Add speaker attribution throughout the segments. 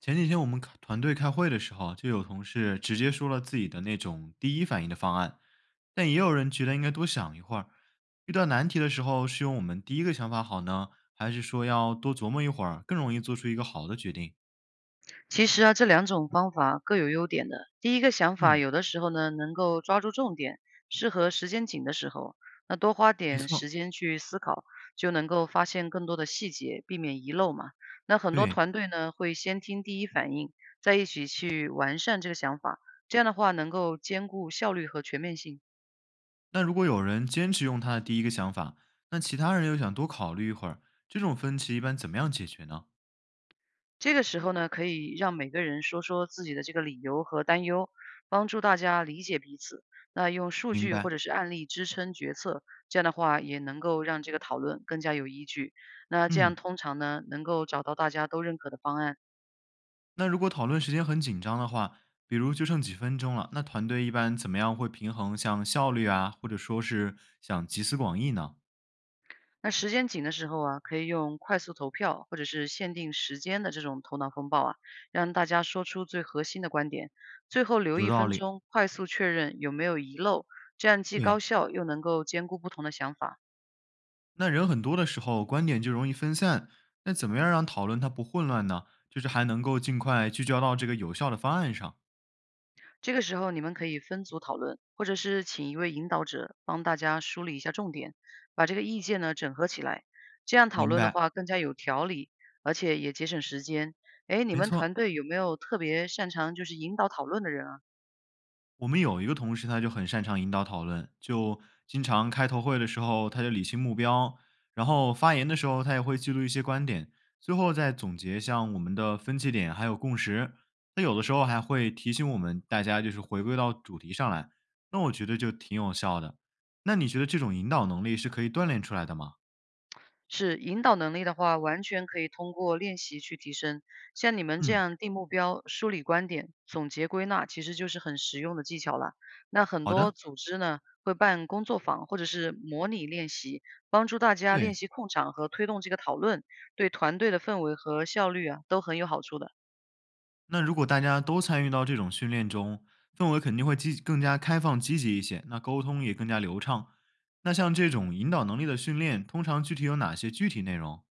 Speaker 1: 前几天我们开团队开会的时候啊，就有同事直接说了自己的那种第一反应的方案，但也有人觉得应该多想一会儿。遇到难题的时候，是用我们第一个想法好呢，还是说要多琢磨一会儿，更容易做出一个好的决定？
Speaker 2: 其实啊，这两种方法各有优点的。第一个想法
Speaker 1: 嗯，
Speaker 2: 有的时候呢，能够抓住重点，适合时间紧的时候，那多花
Speaker 1: 没
Speaker 2: 点时
Speaker 1: 错，
Speaker 2: 间去思考，就能够发现更多的细节，避免遗漏嘛。那很多
Speaker 1: 对。
Speaker 2: 团队呢，会先听第一反应，再一起去完善这个想法，这样的话能够兼顾效率和全面性。
Speaker 1: 那如果有人坚持用他的第一个想法，那其他人又想多考虑一会儿，这种分歧一般怎么样解决呢？
Speaker 2: 这个时候呢，可以让每个人说说自己的这个理由和担忧，帮助大家理解彼此。那用数
Speaker 1: 明
Speaker 2: 据或
Speaker 1: 白。
Speaker 2: 者是案例支撑决策，这样的话也能够让这个讨论更加有依据。那这样
Speaker 1: 嗯，
Speaker 2: 通常呢，能够找到大家都认可的方案。
Speaker 1: 那如果讨论时间很紧张的话，比如就剩几分钟了，那团队一般怎么样会平衡像效率啊，或者说是想集思广益呢？
Speaker 2: 那时间紧的时候啊，可以用快速投票或者是限定时间的这种头脑风暴啊，让大家说出最核心的观点，最后留
Speaker 1: 有
Speaker 2: 一
Speaker 1: 道
Speaker 2: 分
Speaker 1: 理。
Speaker 2: 钟，快速确认有没有遗漏，这样既
Speaker 1: 对，
Speaker 2: 高效又能够兼顾不同的想法。
Speaker 1: 那人很多的时候，观点就容易分散。那怎么样让讨论它不混乱呢？就是还能够尽快聚焦到这个有效的方案上。
Speaker 2: 这个时候你们可以分组讨论，或者是请一位引导者帮大家梳理一下重点，把这个意见呢整合起来。这样讨
Speaker 1: 明
Speaker 2: 论的
Speaker 1: 白。
Speaker 2: 话更加有条理，而且也节省时间。哎，你
Speaker 1: 没
Speaker 2: 们
Speaker 1: 错，
Speaker 2: 团队有没有特别擅长就是引导讨论的人啊？
Speaker 1: 我们有一个同事，他就很擅长引导讨论，就经常开头会的时候，他就理清目标，然后发言的时候，他也会记录一些观点，最后再总结像我们的分歧点还有共识。他有的时候还会提醒我们大家就是回归到主题上来，那我觉得就挺有效的。那你觉得这种引导能力是可以锻炼出来的吗？
Speaker 2: 是引导能力的话，完全可以通过练习去提升。像你们这
Speaker 1: 嗯，
Speaker 2: 样定目标、梳理观点、总结归纳，其实就是很实用的技巧了。那很
Speaker 1: 好
Speaker 2: 多
Speaker 1: 的，
Speaker 2: 组织呢会办工作坊或者是模拟练习，帮助大家练
Speaker 1: 对。
Speaker 2: 习控场和推动这个讨论，对团队的氛围和效率啊都很有好处的。
Speaker 1: 那如果大家都参与到这种训练中，氛围肯定会积更加开放、积极一些，那沟通也更加流畅。那像这种引导能力的训练，通常具体有哪些具体内容？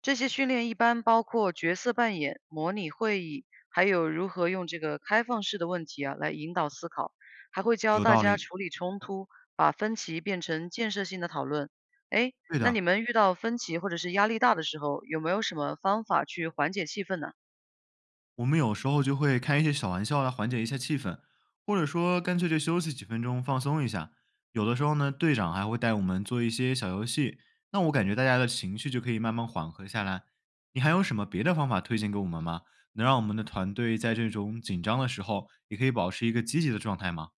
Speaker 2: 这些训练一般包括角色扮演、模拟会议，还有如何用这个开放式的问题啊来引导思考，还会教
Speaker 1: 有
Speaker 2: 大
Speaker 1: 道
Speaker 2: 家
Speaker 1: 理，
Speaker 2: 处理冲突，把分歧变成建设性的讨论。哎，
Speaker 1: 对
Speaker 2: 那你
Speaker 1: 的。
Speaker 2: 们遇到分歧或者是压力大的时候，有没有什么方法去缓解气氛呢？
Speaker 1: 我们有时候就会开一些小玩笑来缓解一下气氛，或者说干脆就休息几分钟放松一下。有的时候呢，队长还会带我们做一些小游戏，那我感觉大家的情绪就可以慢慢缓和下来。你还有什么别的方法推荐给我们吗？能让我们的团队在这种紧张的时候也可以保持一个积极的状态吗？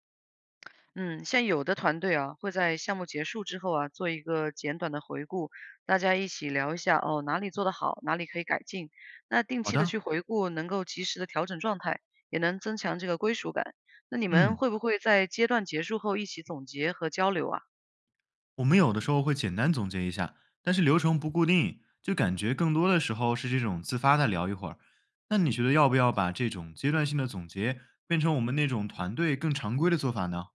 Speaker 2: 嗯，像有的团队啊，会在项目结束之后啊，做一个简短的回顾，大家一起聊一下哦，哪里做得好，哪里可以改进。那定
Speaker 1: 好
Speaker 2: 期的
Speaker 1: 的，
Speaker 2: 去回顾，能够及时的调整状态，也能增强这个归属感。那你们
Speaker 1: 嗯。
Speaker 2: 会不会在阶段结束后一起总结和交流啊？
Speaker 1: 我们有的时候会简单总结一下，但是流程不固定，就感觉更多的时候是这种自发的聊一会儿。那你觉得要不要把这种阶段性的总结变成我们那种团队更常规的做法呢？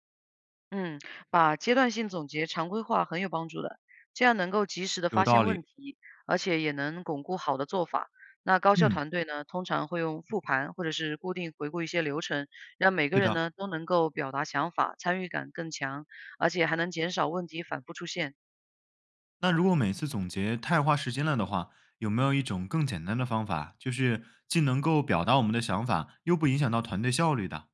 Speaker 2: 嗯，把阶段性总结常规化很有帮助的，这样能够及时的
Speaker 1: 有
Speaker 2: 发现
Speaker 1: 道
Speaker 2: 问
Speaker 1: 理，
Speaker 2: 题，而且也能巩固好的做法。那高效
Speaker 1: 嗯，
Speaker 2: 团队呢，通常会用复盘或者是固定回顾一些流程，让每个
Speaker 1: 对
Speaker 2: 人
Speaker 1: 的。
Speaker 2: 呢都能够表达想法，参与感更强，而且还能减少问题反复出现。
Speaker 1: 那如果每次总结太花时间了的话，有没有一种更简单的方法，就是既能够表达我们的想法，又不影响到团队效率的？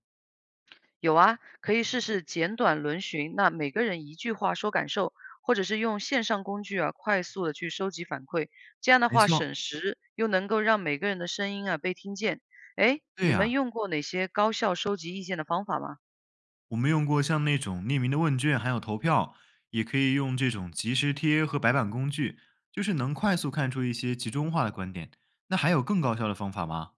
Speaker 2: 有啊，可以试试简短轮询，那每个人一句话说感受，或者是用线上工具啊，快速的去收集反馈，这样的
Speaker 1: 没
Speaker 2: 话
Speaker 1: 错，
Speaker 2: 省时，又能够让每个人的声音啊被听见。哎，
Speaker 1: 对
Speaker 2: 你们
Speaker 1: 呀、
Speaker 2: 用过哪些高效收集意见的方法吗？
Speaker 1: 我们用过像那种匿名的问卷，还有投票，也可以用这种即时贴和白板工具，就是能快速看出一些集中化的观点。那还有更高效的方法吗？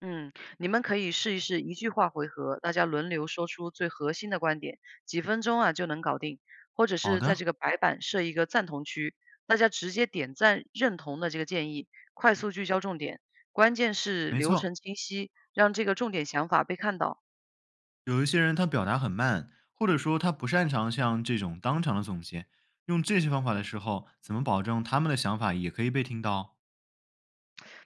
Speaker 2: 嗯，你们可以试一试一句话回合，大家轮流说出最核心的观点，几分钟啊就能搞定。或者
Speaker 1: 好
Speaker 2: 是在这
Speaker 1: 的，
Speaker 2: 个白板设一个赞同区，大家直接点赞认同的这个建议，快速聚焦重点，关键是
Speaker 1: 没
Speaker 2: 流
Speaker 1: 错，
Speaker 2: 程清晰，让这个重点想法被看到。
Speaker 1: 有一些人他表达很慢，或者说他不擅长像这种当场的总结，用这些方法的时候，怎么保证他们的想法也可以被听到？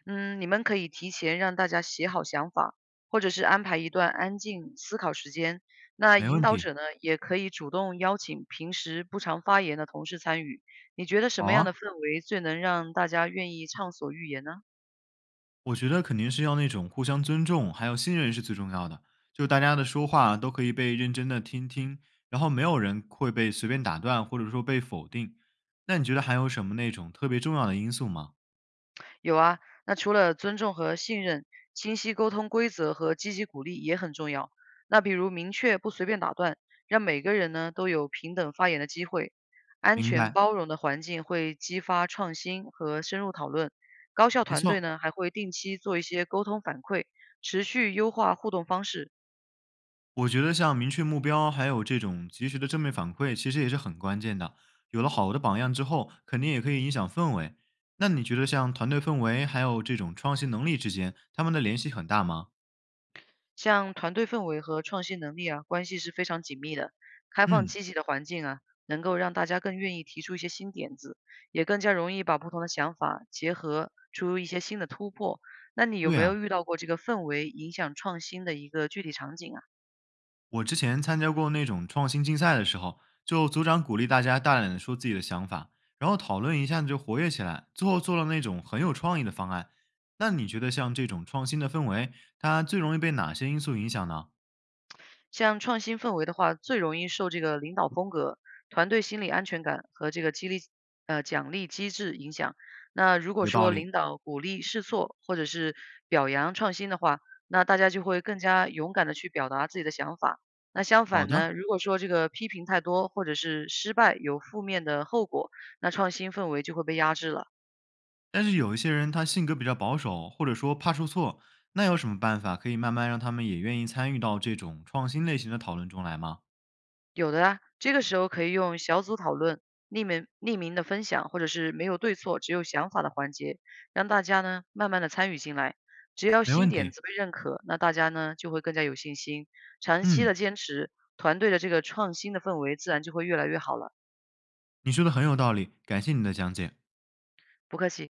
Speaker 2: 嗯，你们可以提前让大家写好想法，或者是安排一段安静思考时间。那
Speaker 1: 没
Speaker 2: 引
Speaker 1: 问
Speaker 2: 导
Speaker 1: 题，
Speaker 2: 者呢，也可以主动邀请平时不常发言的同事参与。你觉得什
Speaker 1: 好
Speaker 2: 么样
Speaker 1: 啊。
Speaker 2: 的氛围最能让大家愿意畅所欲言呢？
Speaker 1: 我觉得肯定是要那种互相尊重，还有信任是最重要的。就大家的说话都可以被认真的听听，然后没有人会被随便打断，或者说被否定。那你觉得还有什么那种特别重要的因素吗？
Speaker 2: 有啊，那除了尊重和信任，清晰沟通规则和积极鼓励也很重要。那比如明确不随便打断，让每个人呢都有平等发言的机会。安
Speaker 1: 明
Speaker 2: 全
Speaker 1: 白，
Speaker 2: 包容的环境会激发创新和深入讨论。高校
Speaker 1: 没
Speaker 2: 团队
Speaker 1: 错。
Speaker 2: 呢还会定期做一些沟通反馈，持续优化互动方式。
Speaker 1: 我觉得像明确目标，还有这种及时的正面反馈，其实也是很关键的。有了好的榜样之后，肯定也可以影响氛围。那你觉得像团队氛围还有这种创新能力之间，他们的联系很大吗？
Speaker 2: 像团队氛围和创新能力啊，关系是非常紧密的。开放
Speaker 1: 嗯，
Speaker 2: 积极的环境啊，能够让大家更愿意提出一些新点子，也更加容易把不同的想法结合出一些新的突破。那你有
Speaker 1: 对
Speaker 2: 没有
Speaker 1: 啊。
Speaker 2: 遇到过这个氛围影响创新的一个具体场景啊？
Speaker 1: 我之前参加过那种创新竞赛的时候，就组长鼓励大家大胆的说自己的想法，然后讨论一下子就活跃起来，最后做了那种很有创意的方案。那你觉得像这种创新的氛围，它最容易被哪些因素影响呢？
Speaker 2: 像创新氛围的话，最容易受这个领导风格、团队心理安全感和这个激励奖励机制影响。那如果
Speaker 1: 有道
Speaker 2: 说
Speaker 1: 理。
Speaker 2: 领导鼓励试错或者是表扬创新的话，那大家就会更加勇敢的去表达自己的想法。那相
Speaker 1: 好
Speaker 2: 反
Speaker 1: 的，
Speaker 2: 呢，如果说这个批评太多，或者是失败有负面的后果，那创新氛围就会被压制了。
Speaker 1: 但是有一些人他性格比较保守，或者说怕出错，那有什么办法可以慢慢让他们也愿意参与到这种创新类型的讨论中来吗？
Speaker 2: 有的啊，这个时候可以用小组讨论、匿名的分享，或者是没有对错，只有想法的环节，让大家呢慢慢的参与进来。只要
Speaker 1: 没
Speaker 2: 新
Speaker 1: 问
Speaker 2: 点
Speaker 1: 题。
Speaker 2: 子被认可，那大家呢就会更加有信心。长期的
Speaker 1: 嗯，
Speaker 2: 坚持，团队的这个创新的氛围自然就会越来越好了。
Speaker 1: 你说的很有道理，感谢你的讲解。
Speaker 2: 不客气。